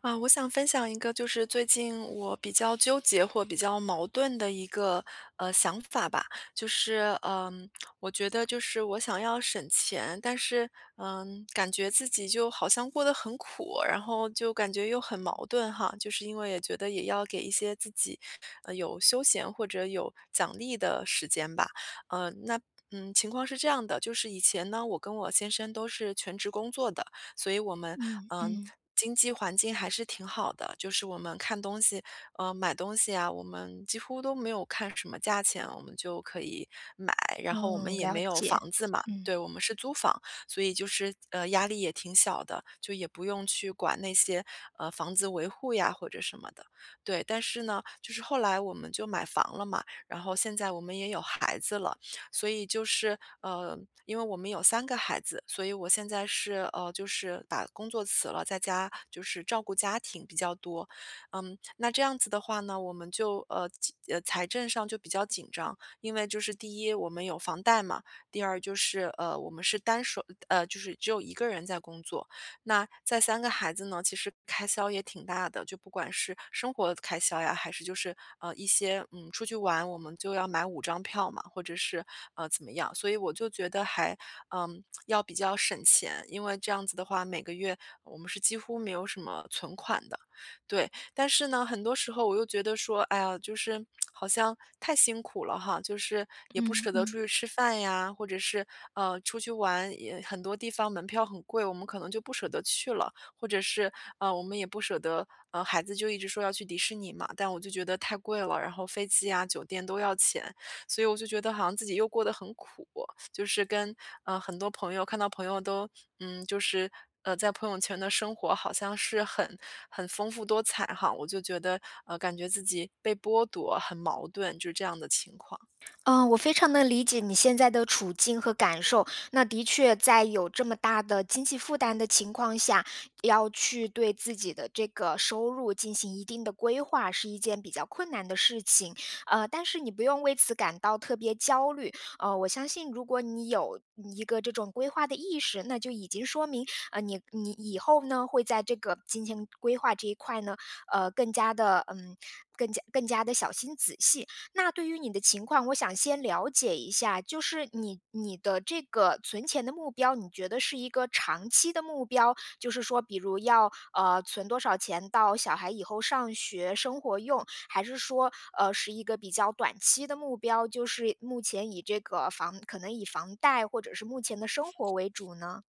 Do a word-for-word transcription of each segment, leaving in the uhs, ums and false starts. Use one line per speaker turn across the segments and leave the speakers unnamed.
啊，我想分享一个就是最近我比较纠结或比较矛盾的一个呃想法吧，就是嗯，我觉得就是我想要省钱，但是嗯，感觉自己就好像过得很苦，然后就感觉又很矛盾哈，就是因为也觉得也要给一些自己呃有休闲或者有奖励的时间吧，呃，那嗯，情况是这样的，就是以前呢，我跟我先生都是全职工作的，所以我们
嗯
嗯。
嗯
经济环境还是挺好的，就是我们看东西，呃，买东西啊，我们几乎都没有看什么价钱，我们就可以买。然后我们
嗯，
也没
了
有
解，
房子嘛，
嗯
对，我们是租房，所以就是呃压力也挺小的，就也不用去管那些呃房子维护呀或者什么的。对，但是呢，就是后来我们就买房了嘛，然后现在我们也有孩子了，所以就是呃，因为我们有三个孩子，所以我现在是呃，就是把工作辞了，在家就是照顾家庭比较多。嗯，那这样子的话呢，我们就呃，呃，财政上就比较紧张，因为就是第一我们有房贷嘛，第二就是呃，我们是单手呃，就是只有一个人在工作，那在三个孩子呢，其实开销也挺大的，就不管是生活开销呀，还是就是，呃，一些，嗯，出去玩，我们就要买五张票嘛，或者是，呃，怎么样。所以我就觉得还，嗯，要比较省钱，因为这样子的话，每个月我们是几乎没有什么存款的，对。但是呢，很多时候我又觉得说，哎呀，就是好像太辛苦了哈，就是也不
嗯
舍得出
嗯。
去吃饭呀，或者是呃出去玩，也很多地方门票很贵，我们可能就不舍得去了，或者是呃我们也不舍得，呃孩子就一直说要去迪士尼嘛，但我就觉得太贵了，然后飞机啊酒店都要钱，所以我就觉得好像自己又过得很苦。就是跟呃很多朋友看到朋友都嗯就是呃在朋友圈的生活好像是很很丰富多彩哈，我就觉得呃感觉自己被剥夺，很矛盾，就是这样的情况。
嗯，呃我非常能理解你现在的处境和感受。那的确，在有这么大的经济负担的情况下，要去对自己的这个收入进行一定的规划，是一件比较困难的事情。呃，但是你不用为此感到特别焦虑。呃，我相信，如果你有一个这种规划的意识，那就已经说明，呃，你你以后呢，会在这个金钱规划这一块呢，呃，更加的嗯，更加更加的小心仔细。那对于你的情况，我想先了解一下，就是你你的这个存钱的目标，你觉得是一个长期的目标，就是说，比如要呃存多少钱到小孩以后上学生活用，还是说呃是一个比较短期的目标，就是目前以这个房可能以房贷或者是目前的生活为主呢？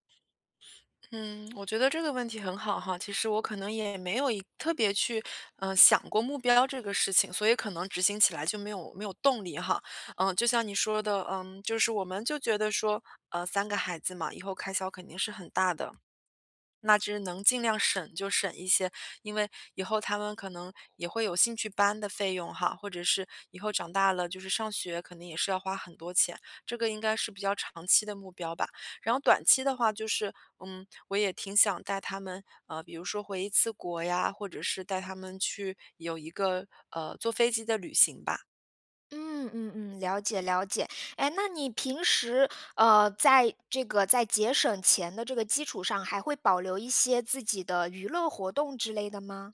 嗯，我觉得这个问题很好哈。其实我可能也没有一特别去，嗯、想过目标这个事情，所以可能执行起来就没有没有动力哈。嗯，就像你说的，嗯，就是我们就觉得说，呃，三个孩子嘛，以后开销肯定是很大的，那只能尽量省就省一些，因为以后他们可能也会有兴趣班的费用哈，或者是以后长大了，就是上学肯定也是要花很多钱，这个应该是比较长期的目标吧。然后短期的话就是，嗯，我也挺想带他们，呃，比如说回一次国呀，或者是带他们去有一个呃坐飞机的旅行吧。
嗯嗯嗯，了解了解。哎，那你平时，呃，在这个在节省钱的这个基础上，还会保留一些自己的娱乐活动之类的吗？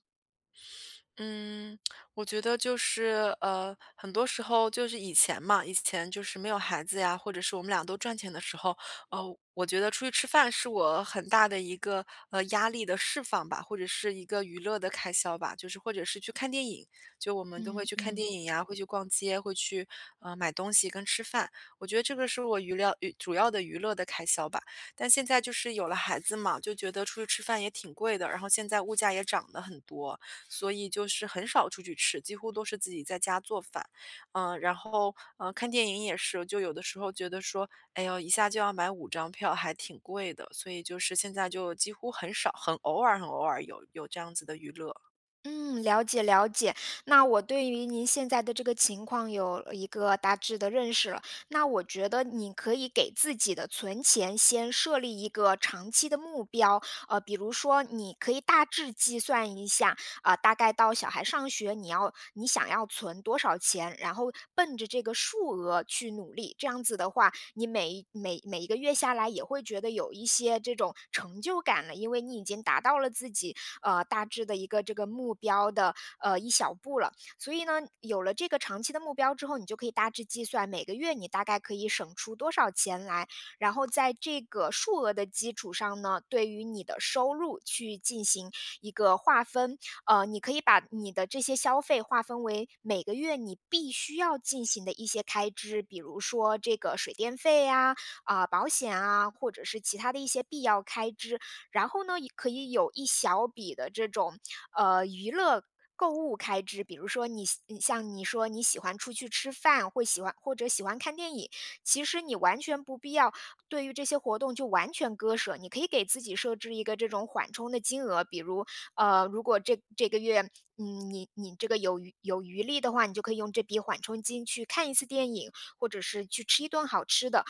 嗯，我觉得就是，呃，很多时候就是以前嘛，以前就是没有孩子呀，或者是我们俩都赚钱的时候，呃，我觉得出去吃饭是我很大的一个呃压力的释放吧，或者是一个娱乐的开销吧，就是或者是去看电影，就我们都会
嗯
去看电
嗯。
影呀，会去逛街，会去呃买东西跟吃饭，我觉得这个是我娱乐娱主要的娱乐的开销吧。但现在就是有了孩子嘛，就觉得出去吃饭也挺贵的，然后现在物价也涨得很多，所以就是很少出去吃，几乎都是自己在家做饭。嗯，然后嗯呃，看电影也是，就有的时候觉得说，哎呦，一下就要买五张票，还挺贵的，所以就是现在就几乎很少，很偶尔，很偶尔有有这样子的娱乐。
嗯，了解了解。那我对于您现在的这个情况有了一个大致的认识了。那我觉得你可以给自己的存钱先设立一个长期的目标，呃，比如说你可以大致计算一下，啊、大概到小孩上学你要你想要存多少钱，然后奔着这个数额去努力。这样子的话，你每一每每一个月下来也会觉得有一些这种成就感了，因为你已经达到了自己呃大致的一个这个目标的呃一小步了。所以呢，有了这个长期的目标之后，你就可以大致计算每个月你大概可以省出多少钱来，然后在这个数额的基础上呢，对于你的收入去进行一个划分。呃，你可以把你的这些消费划分为每个月你必须要进行的一些开支，比如说这个水电费呀、啊、保险啊，或者是其他的一些必要开支。然后呢，也可以有一小笔的这种呃娱乐购物开支，比如说你喜你像你说你喜欢出去吃饭，会喜欢或者喜欢看电影，其实你完全不必要对于这些活动就完全割舍，你可以给自己设置一个这种缓冲的金额，比如呃，如果这这个月，嗯，你你这个有余有余力的话，你就可以用这笔缓冲金去看一次电影，或者是去吃一顿好吃的。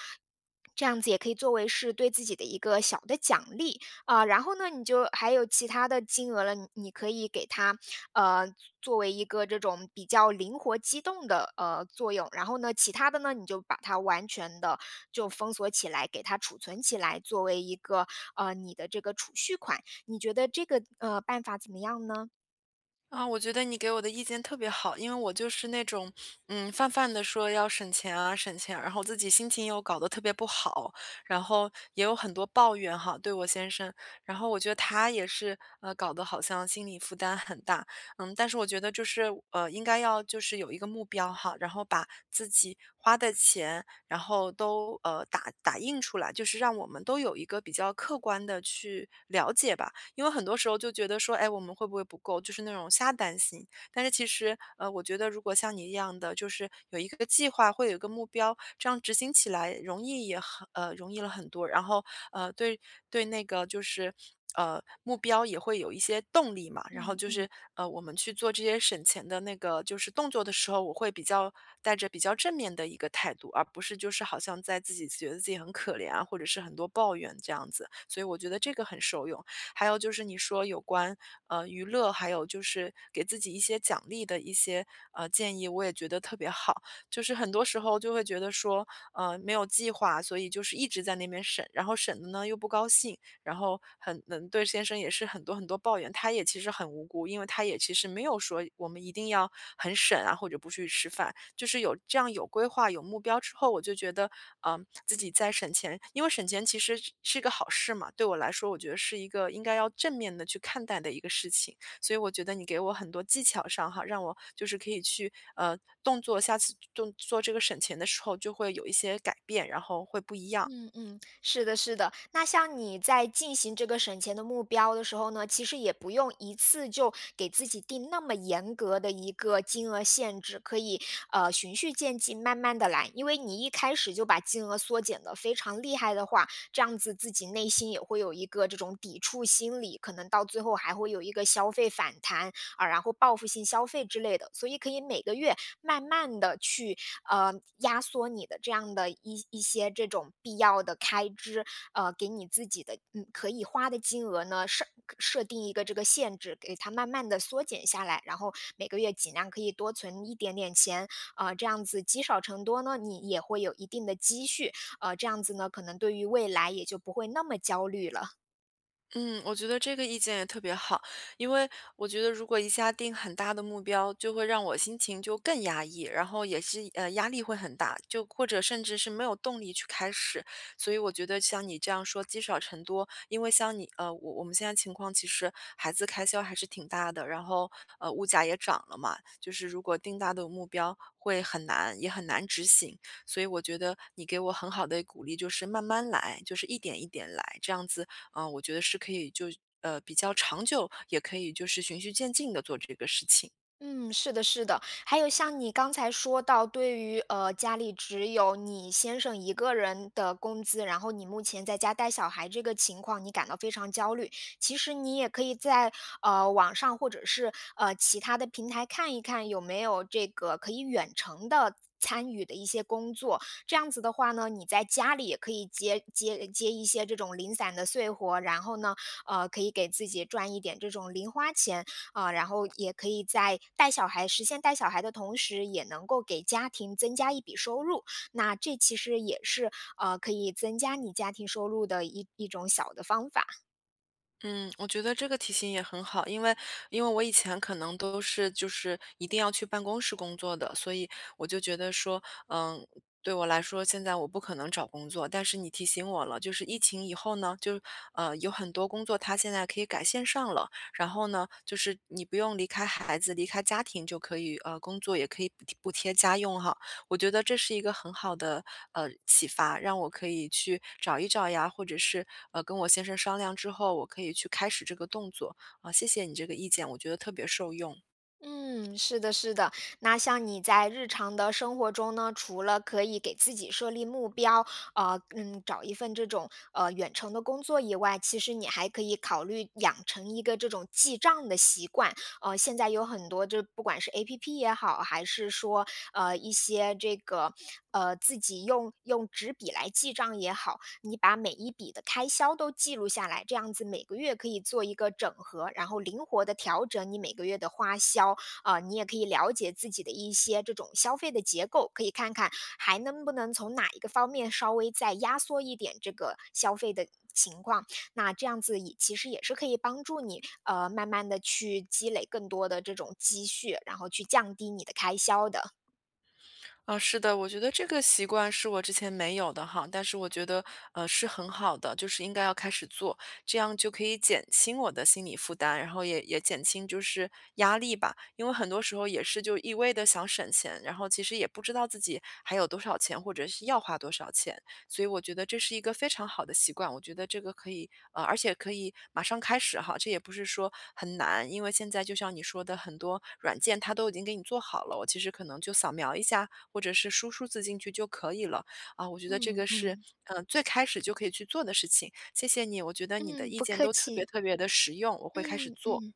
这样子也可以作为是对自己的一个小的奖励。啊、然后呢，你就还有其他的金额了，你你可以给它呃作为一个这种比较灵活机动的呃作用。然后呢，其他的呢，你就把它完全的就封锁起来，给它储存起来，作为一个呃你的这个储蓄款。你觉得这个，呃，办法怎么样呢？
啊，我觉得你给我的意见特别好，因为我就是那种，嗯，泛泛的说要省钱啊，省钱，然后自己心情又搞得特别不好，然后也有很多抱怨哈，对我先生，然后我觉得他也是，呃，搞得好像心理负担很大，嗯，但是我觉得就是，呃，应该要就是有一个目标哈，然后把自己花的钱，然后都呃打打印出来，就是让我们都有一个比较客观的去了解吧，因为很多时候就觉得说，哎，我们会不会不够，就是那种瞎担心。但是其实，呃，我觉得如果像你一样的，就是有一个计划，会有一个目标，这样执行起来容易也很呃容易了很多。然后呃，对对，那个就是呃目标也会有一些动力嘛。然后
嗯
就
嗯
是呃，我们去做这些省钱的那个就是动作的时候，我会比较带着比较正面的一个态度，而不是就是好像在自己觉得自己很可怜啊，或者是很多抱怨这样子。所以我觉得这个很受用。还有就是你说有关呃娱乐，还有就是给自己一些奖励的一些呃建议，我也觉得特别好。就是很多时候就会觉得说，呃，没有计划，所以就是一直在那边审，然后审的呢又不高兴，然后很能对先生也是很多很多抱怨，他也其实很无辜，因为他也其实没有说我们一定要很省啊，或者不去吃饭，就是有这样有规划、有目标之后，我就觉得，嗯，自己在省钱，因为省钱其实是是一个好事嘛，对我来说，我觉得是一个应该要正面的去看待的一个事情，所以我觉得你给我很多技巧上哈，让我就是可以去呃动作，下次动做这个省钱的时候就会有一些改变，然后会不一样。
嗯嗯，是的，是的。那像你在进行这个省钱的目标的时候呢，其实也不用一次就给自己定那么严格的一个金额限制，可以，呃，循序渐进，慢慢的来。因为你一开始就把金额缩减的非常厉害的话，这样子自己内心也会有一个这种抵触心理，可能到最后还会有一个消费反弹，啊，然后报复性消费之类的。所以可以每个月慢慢的去呃，压缩你的这样的一一些这种必要的开支，呃，给你自己的嗯可以花的金额呢设设定一个这个限制，给它慢慢的缩减下来，然后每个月尽量可以多存一点点钱，呃，这样子积少成多呢，你也会有一定的积蓄，呃，这样子呢，可能对于未来也就不会那么焦虑了。
嗯，我觉得这个意见也特别好，因为我觉得如果一下定很大的目标，就会让我心情就更压抑，然后也是呃压力会很大，就或者甚至是没有动力去开始。所以我觉得像你这样说积少成多，因为像你呃我我们现在情况其实孩子开销还是挺大的，然后呃物价也涨了嘛，就是如果定大的目标会很难，也很难执行。所以我觉得你给我很好的鼓励，就是慢慢来，就是一点一点来，这样子啊，我觉得是可以就呃，比较长久，也可以就是循序渐进的做这个事情。
嗯，是的，是的。还有像你刚才说到，对于呃家里只有你先生一个人的工资，然后你目前在家带小孩这个情况，你感到非常焦虑。其实你也可以在呃网上或者是呃其他的平台看一看有没有这个可以远程的参与的一些工作，这样子的话呢，你在家里也可以接接接一些这种零散的碎活，然后呢，呃，可以给自己赚一点这种零花钱，啊、然后也可以在带小孩实现带小孩的同时，也能够给家庭增加一笔收入。那这其实也是呃可以增加你家庭收入的一一种小的方法。
嗯，我觉得这个提醒也很好，因为因为我以前可能都是就是一定要去办公室工作的，所以我就觉得说，嗯，对我来说，现在我不可能找工作，但是你提醒我了，就是疫情以后呢，就呃，有很多工作它现在可以改线上了，然后呢，就是你不用离开孩子、离开家庭就可以呃工作，也可以补贴补贴家用哈。我觉得这是一个很好的呃启发，让我可以去找一找呀，或者是呃跟我先生商量之后，我可以去开始这个动作啊、谢谢你这个意见，我觉得特别受用。
嗯，是的，是的。那像你在日常的生活中呢，除了可以给自己设立目标，呃，嗯，找一份这种呃远程的工作以外，其实你还可以考虑养成一个这种记账的习惯。呃，现在有很多，就不管是 A P P 也好，还是说呃一些这个呃自己用用纸笔来记账也好，你把每一笔的开销都记录下来，这样子每个月可以做一个整合，然后灵活的调整你每个月的花销。啊，你也可以了解自己的一些这种消费的结构，可以看看还能不能从哪一个方面稍微再压缩一点这个消费的情况。那这样子也其实也是可以帮助你，呃，慢慢的去积累更多的这种积蓄，然后去降低你的开销的。
啊，是的，我觉得这个习惯是我之前没有的哈，但是我觉得呃是很好的，就是应该要开始做，这样就可以减轻我的心理负担，然后也也减轻就是压力吧，因为很多时候也是就一味的想省钱，然后其实也不知道自己还有多少钱，或者是要花多少钱。所以我觉得这是一个非常好的习惯，我觉得这个可以，呃，而且可以马上开始哈，这也不是说很难，因为现在就像你说的，很多软件它都已经给你做好了，我其实可能就扫描一下，或者是输数字进去就可以了啊。我觉得这
嗯
个是，
嗯
嗯、呃最开始就可以去做的事情。谢谢你，我觉得你的
嗯，
意
不
见
客
都特别
气，
特别的实用，我会开始
嗯
做。
嗯。